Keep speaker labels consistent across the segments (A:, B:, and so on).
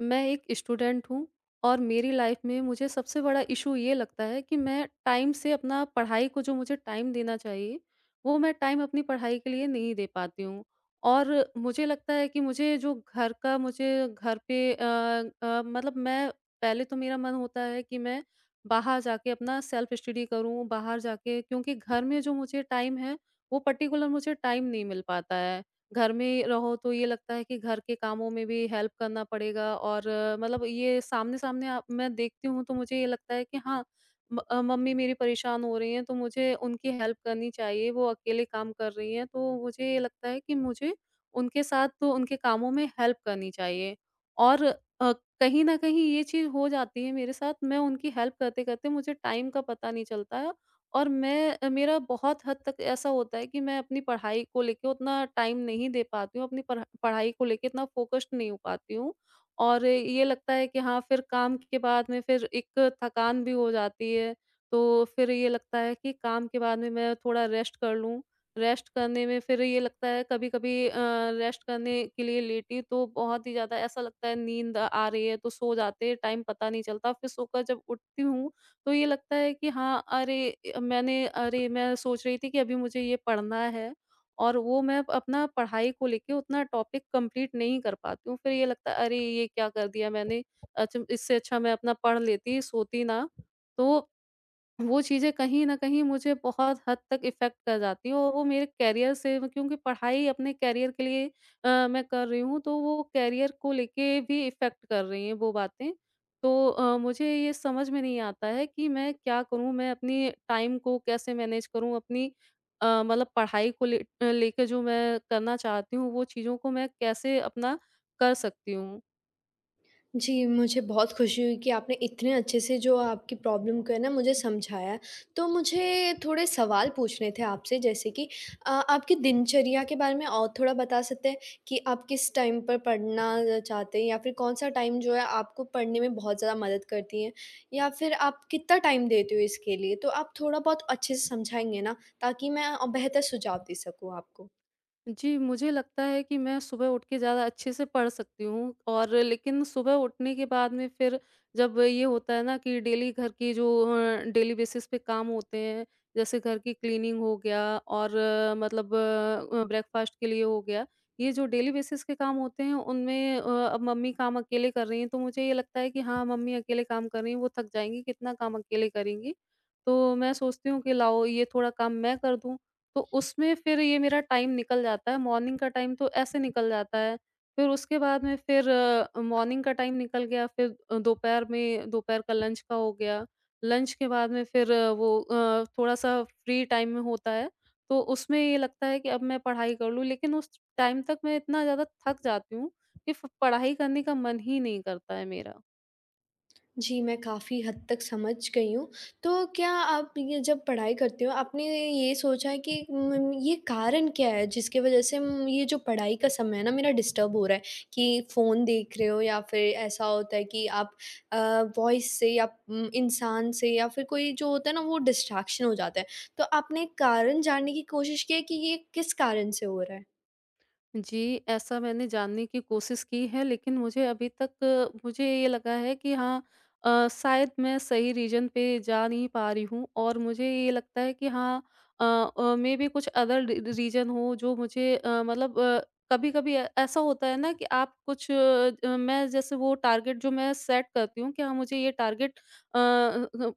A: मैं एक स्टूडेंट हूँ और मेरी लाइफ में मुझे सबसे बड़ा इशू ये लगता है कि मैं टाइम से अपना पढ़ाई को जो मुझे टाइम देना चाहिए, वो मैं टाइम अपनी पढ़ाई के लिए नहीं दे पाती हूँ। और मुझे लगता है कि मुझे घर पे मतलब मैं पहले तो मेरा मन होता है कि मैं बाहर जाके अपना सेल्फ स्टडी करूँ, बाहर जाके क्योंकि घर में जो मुझे टाइम है, वो पर्टिकुलर मुझे टाइम नहीं मिल पाता है। घर में रहो तो ये लगता है कि घर के कामों में भी हेल्प करना पड़ेगा और मतलब ये सामने-सामने आप मैं देखती हूँ तो मुझे ये लगता है कि हाँ, मम्मी मेरी परेशान हो रही हैं तो मुझे उनकी हेल्प करनी चाहिए, वो अकेले काम कर रही हैं तो मुझे ये लगता है कि मुझे उनके साथ तो उनके कामों में हेल्प करनी चाहिए। और कहीं न कहीं ये चीज़ हो जाती है मेरे साथ मैं उनकी हेल्प करते-करते मुझे टाइम का पता नहीं चलता है और मैं मेरा बहुत हद तक ऐसा होता है कि मैं अपनी पढ़ाई को लेके उतना टाइम नहीं दे पाती हूँ, अपनी पढ़ाई को लेके इतना फ़ोकस्ड नहीं हो पाती हूँ। और ये लगता है कि हाँ, फिर काम के बाद में फिर एक थकान भी हो जाती है, तो फिर ये लगता है कि काम के बाद में मैं थोड़ा रेस्ट कर लूँ। रेस्ट करने में फिर ये लगता है कभी-कभी रेस्ट करने के लिए लेटी तो बहुत ही ज़्यादा ऐसा लगता है नींद आ रही है तो सो जाते हैं, टाइम पता नहीं चलता। फिर सोकर जब उठती हूँ, तो ये लगता है कि हाँ, अरे मैं सोच रही थी कि अभी मुझे ये पढ़ना है और वो मैं अपना पढ़ाई को लेके उतना टॉपिक कंप्लीट नहीं कर पाती हूँ। फिर ये लगता है अरे ये क्या कर दिया मैंने? अच्छा इससे अच्छा मैं अपना पढ़ लेती, सोती ना। तो वो चीज़ें कहीं न कहीं मुझे बहुत हद तक इफ़ेक्ट कर जाती हैं और वो मेरे करियर से क्योंकि पढ़ाई अपने करियर के लिए मैं कर रही हूँ, तो वो करियर को लेके भी इफ़ेक्ट कर रही हैं वो बातें। तो मुझे ये समझ में नहीं आता है कि मैं क्या करूँ? मैं अपनी टाइम को कैसे मैनेज करूँ? अपनी मतलब पढ़ाई को ले लेके जो मैं करना चाहती हूँ, वो चीज़ों को मैं कैसे अपना कर सकती हूँ?
B: जी, मुझे बहुत खुशी हुई कि आपने इतने अच्छे से जो आपकी प्रॉब्लम को है ना मुझे समझाया। तो मुझे थोड़े सवाल पूछने थे आपसे जैसे कि आपकी दिनचर्या के बारे में और थोड़ा बता सकते हैं कि आप किस टाइम पर पढ़ना चाहते हैं या फिर कौन-सा टाइम जो है आपको पढ़ने में बहुत ज़्यादा मदद करती है? या फिर आप कितना टाइम देते हो इसके लिए? तो आप थोड़ा बहुत अच्छे से समझाएँगे ना ताकि मैं बेहतर सुझाव दे सकूँ आपको।
A: जी, मुझे लगता है कि मैं सुबह उठ के ज़्यादा अच्छे से पढ़ सकती हूँ और लेकिन सुबह उठने के बाद में फिर जब ये होता है ना कि डेली घर की जो डेली बेसिस पे काम होते हैं, जैसे घर की क्लीनिंग हो गया और मतलब ब्रेकफ़ास्ट के लिए हो गया, ये जो डेली बेसिस के काम होते हैं उनमें अब मम्मी काम अकेले कर रही हैं, तो मुझे ये लगता है कि हाँ, मम्मी अकेले काम कर रही हैं, वो थक जाएँगी, कितना काम अकेले करेंगी। तो मैं सोचती हूँ कि लाओ ये थोड़ा काम मैं कर दूँ तो उसमें फिर ये मेरा टाइम निकल जाता है, मॉर्निंग का टाइम तो ऐसे निकल जाता है। फिर उसके बाद में फिर मॉर्निंग का टाइम निकल गया, फिर दोपहर में दोपहर का लंच का हो गया। लंच के बाद में फिर थोड़ा-सा फ्री टाइम में होता है, तो उसमें ये लगता है कि अब मैं पढ़ाई कर लूँ, लेकिन उस टाइम तक मैं इतना ज़्यादा थक जाती हूँ कि फ पढ़ाई करने का मन ही नहीं करता है मेरा।
B: जी, मैं काफ़ी हद तक समझ गई हूँ। तो क्या आप ये जब पढ़ाई करते हो, आपने ये सोचा है कि ये कारण क्या है जिसकी वज़ह से ये जो पढ़ाई का समय है ना मेरा डिस्टर्ब हो रहा है कि फ़ोन देख रहे हो या फिर ऐसा होता है कि आप अ, वॉइस से या इंसान से या फिर कोई जो होता है ना वो डिस्ट्रैक्शन हो जाता है। तो आपने कारण जानने की कोशिश की है कि ये किस कारण से हो रहा है?
A: जी, ऐसा मैंने जानने की कोशिश की है लेकिन मुझे अभी तक मुझे ये लगा है कि हाँ शायद मैं सही रीज़न पे जा नहीं पा रही हूँ और मुझे ये लगता है कि हाँ मेबी कुछ अदर री रीज़न हो जो मुझे मतलब कभी-कभी ऐ ऐसा होता है ना कि आप कुछ मैं जैसे वो टारगेट जो मैं सेट करती हूँ कि हाँ मुझे ये टारगेट अ,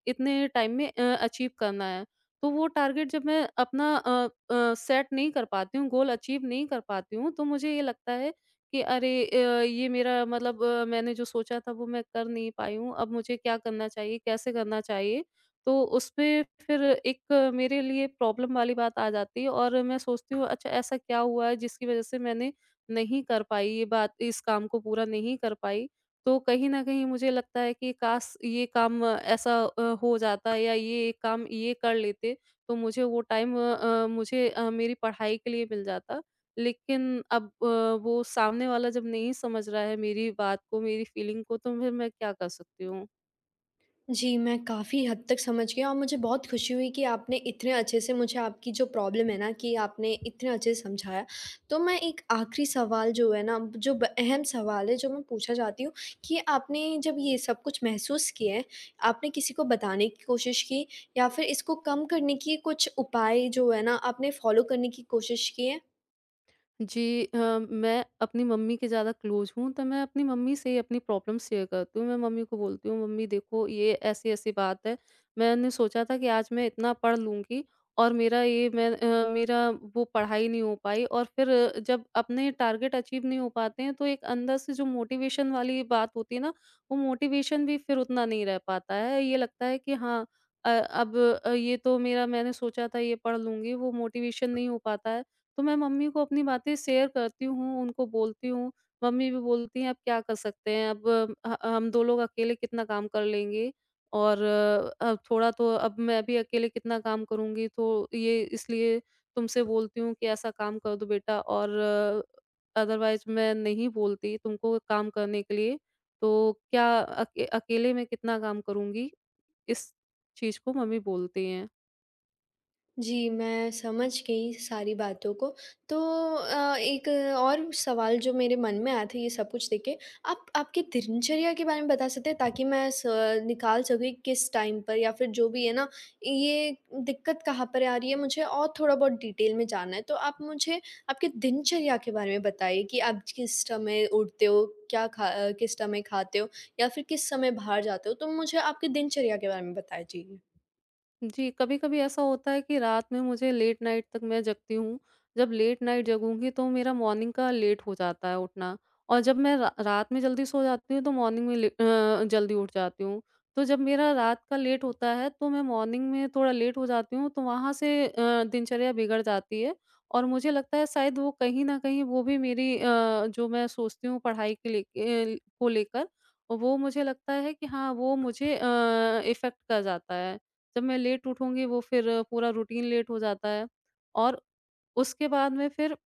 A: इतने टाइम में अचीव करना है। तो वो टारगेट जब मैं अपना सेट नहीं कर पाती हूँ, गोल अचीव नहीं कर पाती हूँ, तो मुझे ये लगता है कि अरे ये मेरा मतलब मैंने जो सोचा था वो मैं कर नहीं पाई हूँ, अब मुझे क्या करना चाहिए, कैसे करना चाहिए? तो उसमें फिर एक मेरे लिए प्रॉब्लम वाली बात आ जाती है और मैं सोचती हूँ अच्छा ऐसा क्या हुआ है जिसकी वज़ह से मैंने नहीं कर पाई ये बात इस काम को पूरा नहीं कर पाई। तो कहीं न कहीं मुझे लगता है कि काश ये काम ऐसा हो जाता या ये काम ये कर लेते तो मुझे वो टाइम मुझे मेरी पढ़ाई के लिए मिल जाता। लेकिन अब वो सामने वाला जब नहीं समझ रहा है मेरी बात को, मेरी फीलिंग को तो फिर मैं क्या कर सकती हूँ?
B: जी, मैं काफ़ी हद तक समझ गया और मुझे बहुत खुशी हुई कि आपने इतने अच्छे से मुझे आपकी जो प्रॉब्लम है ना कि आपने इतने अच्छे से समझाया। तो मैं एक आखिरी सवाल जो है ना, जो ब अहम सवाल है जो मैं पूछना चाहती हूँ कि आपने जब ये सब कुछ महसूस किया है, आपने किसी को बताने की कोशिश की या फिर इसको कम करने की कुछ उपाय जो है ना आपने फ़ॉलो करने की कोशिश की है?
A: जी मैं अपनी मम्मी के ज़्यादा क्लोज़ हूँ, तो मैं अपनी मम्मी से ही अपनी प्रॉब्लम शेयर करती हूँ। मैं मम्मी को बोलती हूँ, "मम्मी देखो ये ऐसी-ऐसी बात है। मैंने सोचा था कि आज मैं इतना पढ़ लूँगी और मेरा ये मैं मेरा वो पढ़ाई नहीं हो पाई।" और फिर जब अपने टारगेट अचीव नहीं हो पाते हैं, तो एक अंदर से जो मोटिवेशन वाली बात होती है ना, वो मोटिवेशन भी फिर उतना नहीं रह पाता है। ये लगता है कि हाँ अब ये तो मेरा मैंने सोचा था ये पढ़ लूँगी, वो मोटिवेशन नहीं हो पाता है। तो मैं मम्मी को अपनी बातें शेयर करती हूँ, उनको बोलती हूँ। मम्मी भी बोलती हैं, "अब क्या कर सकते हैं? अब अ, ह हम 2 लोग अकेले कितना काम कर लेंगे और अब थोड़ा तो अब मैं भी अकेले कितना काम करूँगी, तो ये इसलिए तुमसे बोलती हूँ कि ऐसा काम कर दो बेटा और अदरवाइज़ मैं नहीं बोलती तुमको काम करने के लिए, तो क्या अकेले मैं कितना काम करूँगी?" इस चीज़ को मम्मी बोलती हैं।
B: जी, मैं समझ गई सारी बातों को। तो एक और सवाल जो मेरे मन में आया था ये सब कुछ देख के, आप आपकी दिनचर्या के बारे में बता सकते हैं ताकि मैं स निकाल सकूँ कि किस टाइम पर या फिर जो भी है ना, ये दिक्कत कहाँ पर आ रही है मुझे और थोड़ा बहुत डिटेल में जानना है। तो आप मुझे आपकी दिनचर्या के बारे में बताइए कि आप किस समय उठते हो, किस समय खाते हो या फिर किस समय बाहर जाते हो? तो मुझे आपकी दिनचर्या के बारे में बताएँ। जी।
A: जी, कभी-कभी ऐसा होता है कि रात में मुझे लेट नाइट तक मैं जगती हूँ। जब लेट नाइट जगूँगी तो मेरा मॉर्निंग का लेट हो जाता है उठना और जब मैं रा रात में जल्दी सो जाती हूँ तो मॉर्निंग में जल्दी उठ जाती हूँ। तो जब मेरा रात का लेट होता है तो मैं मॉर्निंग में थोड़ा लेट हो जाती हूँ तो वहाँ से दिनचर्या बिगड़ जाती है और मुझे लगता है शायद वो कहीं न कहीं वो भी मेरी जो मैं सोचती हूँ पढ़ाई के लेके को लेकर, वो मुझे लगता है कि हाँ, वो मुझे इफ़ेक्ट कर जाता है। जब मैं लेट उठूँगी वो फिर पूरा रूटीन लेट हो जाता है और उसके बाद में फिर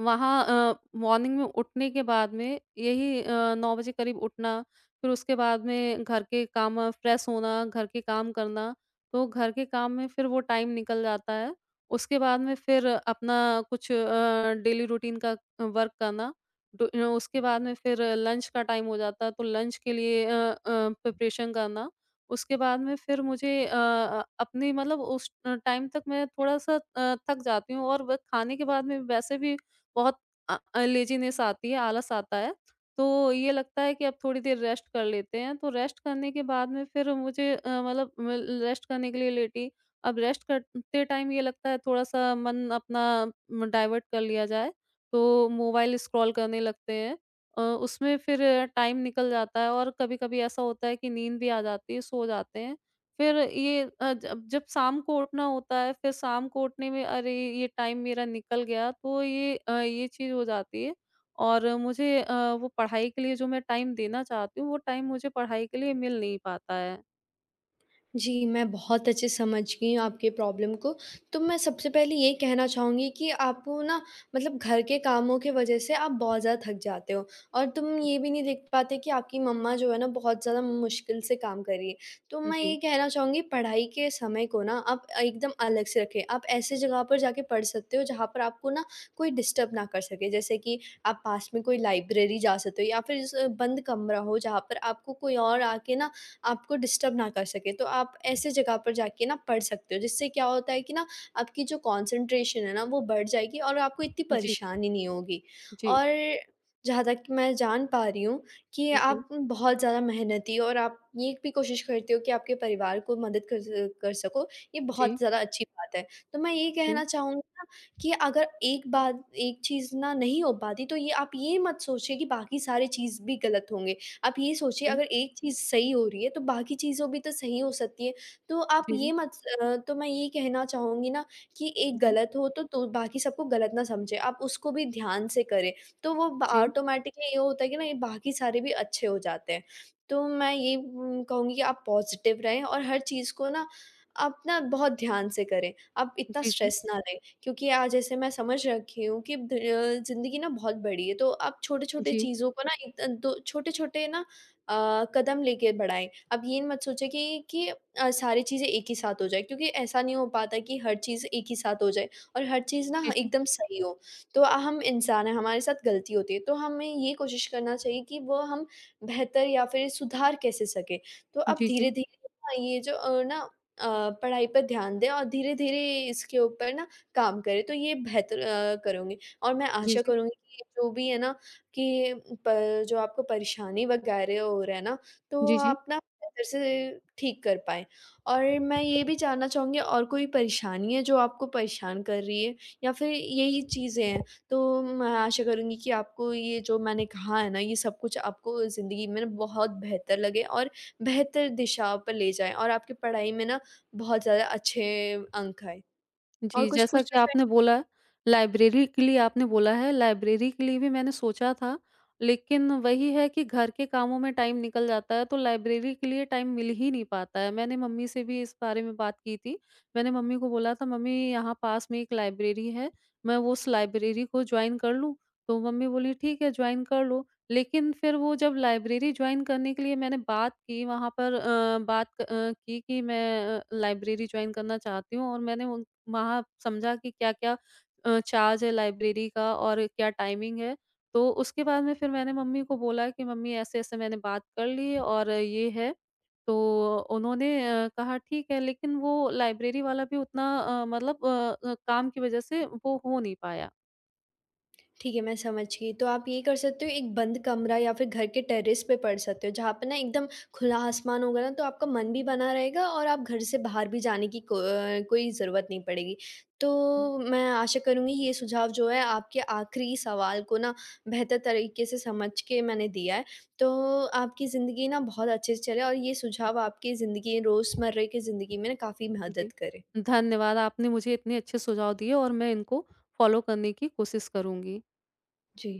A: वहाँ मॉर्निंग में उठने के बाद में यही 9 बजे करीब उठना, फिर उसके बाद में घर के काम फ्रेश होना, घर के काम करना, तो घर के काम में फिर वो टाइम निकल जाता है। उसके बाद में फिर अपना कुछ डेली रूटीन का वर्क करना। उसके बाद में फिर लंच का टाइम हो जाता है, तो लंच के लिए प्रिपरेशन करना। उसके बाद में फिर मुझे अपनी मतलब उस टाइम तक मैं थोड़ा-सा थक जाती हूँ और व खाने के बाद में वैसे भी बहुत लेज़ीनेस आती है, आलस आता है। तो ये लगता है कि अब थोड़ी देर रेस्ट कर लेते हैं, तो रेस्ट करने के बाद में फिर मुझे अ, मतलब म रेस्ट करने के लिए लेटी। अब रेस्ट करते टाइम ये लगता है थोड़ा-सा मन अपना म डाइवर्ट कर लिया जाए, तो मोबाइल स्क्रॉल करने लगते हैं। अ, उसमें फिर टाइम निकल जाता है और कभी-कभी ऐसा होता है कि नींद भी आ जाती है, सो जाते हैं। फिर ये जब जब शाम को उठना होता है, फिर शाम को उठने में अरे! ये टाइम मेरा निकल गया, तो ये ये चीज़ हो जाती है और मुझे वो पढ़ाई के लिए जो मैं टाइम देना चाहती हूँ, वो टाइम मुझे पढ़ाई के लिए मिल नहीं पाता है।
B: जी, मैं बहुत अच्छे से समझ गई हूँ आपकी प्रॉब्लम को। तो मैं सबसे पहले ये कहना चाहूँगी कि आपको ना मतलब घर के कामों की वज़ह से आप बहुत ज़्यादा थक जाते हो और तुम ये भी नहीं देख पाते कि आपकी मम्मा जो है ना बहुत ज़्यादा मुश्किल से काम कर रही है। तो
A: जी,
B: मैं ये
A: जी,
B: कहना चाहूँगी पढ़ाई के समय को ना आप एकदम अलग से रखें। आप ऐसी जगह पर जाके पढ़ सकते हो जहाँ पर आपको ना कोई डिस्टर्ब ना कर सके। जैसे कि आप पास में कोई लाइब्रेरी जा सकते हो या फिर स बंद कमरा हो जहाँ पर आपको कोई और आके ना आपको डिस्टर्ब ना कर सके। तो आप ऐसे जगह पर जाके ना पढ़ सकते हो, जिससे क्या होता है कि ना आपकी जो कॉन्सन्ट्रेशन है ना वो बढ़ जाएगी और आपको इतनी
A: जी,
B: परेशानी नहीं होगी।
A: जी,
B: और जहाँ तक मैं जान पा रही हूँ कि
A: जी, जी,
B: आप बहुत ज़्यादा मेहनती हो और आप ये भी कोशिश करते हो कि आपके परिवार को मदद कर सको, ये बहुत
A: जी,
B: ज़्यादा अच्छी बात है। तो मैं ये
A: जी,
B: कहना चाहूँगी ना कि अगर एक बात एक चीज़ ना नहीं हो पाती तो ये आप ये मत सोचिए कि बाकी सारी चीज़ भी गलत होंगे। आप ये सोचिए
A: जी,
B: अगर एक चीज़ सही हो रही है तो बाकी चीज़ें भी तो सही हो सकती है। तो आप ये
A: जी,
B: मत तो मैं ये कहना चाहूँगी ना कि एक
A: जी, जी,
B: गलत हो तो बाकी सबको गलत ना समझें, आप उसको भी ध्यान से करें। तो वो ब ऑटोमैटिकली ये होता है कि ना ये बाकी सारे भी अच्छे हो जाते हैं। तो मैं ये कहूँगी कि आप पॉज़िटिव रहें और हर चीज़ को ना आप ना बहुत ध्यान से करें। आप
A: जी,
B: इतना
A: जी, जी,
B: स्ट्रेस ना लें। क्योंकि आज जैसे मैं समझ रखी हूँ कि ज़िंदगी ना बहुत बड़ी है, तो आप छोटे-छोटे
A: जी,
B: चीज़ों को ना एक दो छोटे-छोटे ना अ, कदम लेके बढ़ाएँ। आप ये मत सोचें कि सारी चीज़ें एक ही साथ हो जाएँ क्योंकि ऐसा नहीं हो पाता कि हर चीज़ एक ही साथ हो जाए और हर चीज़ ना
A: जी,
B: एकदम सही हो। तो हम इंसान हैं, हमारे साथ गलती होती है, तो हमें ये कोशिश करना चाहिए कि वो हम बेहतर या फिर सुधार कैसे सकें। तो आप
A: जी, जी,
B: धीरे-धीरे ना ये जो ना अ, पढ़ाई पर ध्यान दें और धीरे-धीरे इसके ऊपर ना काम करें, तो ये बेहतर करूँगी और मैं
A: जी,
B: आशा करूँगी कि जो भी है ना कि प जो आपको परेशानी वगैरह हो रहा है ना, तो
A: जी, जी।
B: आप ना बेहतर से ठीक कर पाएँ। और मैं ये भी जानना चाहूँगी और कोई परेशानी है जो आपको परेशान कर रही है या फिर यही चीज़ें हैं? तो मैं आशा करूँगी कि आपको ये जो मैंने कहा है ना, ये सब कुछ आपको ज़िंदगी में ना बहुत बेहतर लगे और बेहतर दिशा पर ले जाए और आपकी पढ़ाई में ना बहुत ज़्यादा अच्छे अंक आएँ। और
A: जी,
B: कुछ
A: जैसा
B: पूछना
A: कि
B: चाह
A: आपने बोला लाइब्रेरी के लिए आपने बोला है, लाइब्रेरी के लिए भी मैंने सोचा था, लेकिन वही है कि घर के कामों में टाइम निकल जाता है, तो लाइब्रेरी के लिए टाइम मिल ही नहीं पाता है। मैंने मम्मी से भी इस बारे में बात की थी। मैंने मम्मी को बोला था, "मम्मी यहाँ पास में एक लाइब्रेरी है, मैं वो उस लाइब्रेरी को जॉइन कर लूँ?" तो मम्मी बोली, "ठीक है, जॉइन कर लो।" लेकिन फिर वो जब लाइब्रेरी जॉइन करने के लिए मैंने बात की, वहाँ पर बात की कि मैं लाइब्रेरी जॉइन करना चाहती हूँ और मैंने उन वहाँ समझा कि क्या-क्या चार्ज है लाइब्रेरी का और क्या टाइमिंग है। तो उसके बाद में फिर मैंने मम्मी को बोला कि मम्मी ऐसे-ऐसे मैंने बात कर ली है और ये है। तो उन्होंने कहा ठीक है लेकिन वो लाइब्रेरी वाला भी उतना मतलब काम की वज़ह से वो हो नहीं पाया।
B: ठीक है, मैं समझ गई। तो आप ये कर सकते हो एक बंद कमरा या फिर घर के टेरेस पे पढ़ सकते हो, जहाँ पे ना एकदम खुला आसमान होगा ना तो आपका मन भी बना रहेगा और आप घर से बाहर भी जाने की कोई ज़रूरत नहीं पड़ेगी।
A: हुँ,
B: तो मैं आशा करूँगी ये सुझाव जो है आपके आखिरी सवाल को ना बेहतर तरीके से समझ के मैंने दिया है। तो आपकी ज़िंदगी ना बहुत अच्छे से चले और ये सुझाव
A: हुँ,
B: आपकी ज़िंदगी रोज़मर्रा की ज़िंदगी में ना काफ़ी
A: जी।
B: मदद करे।
A: धन्यवाद, आपने मुझे इतने अच्छे सुझाव दिए और मैं इनको फ़ॉलो करने की कोशिश करूँगी।
B: जी।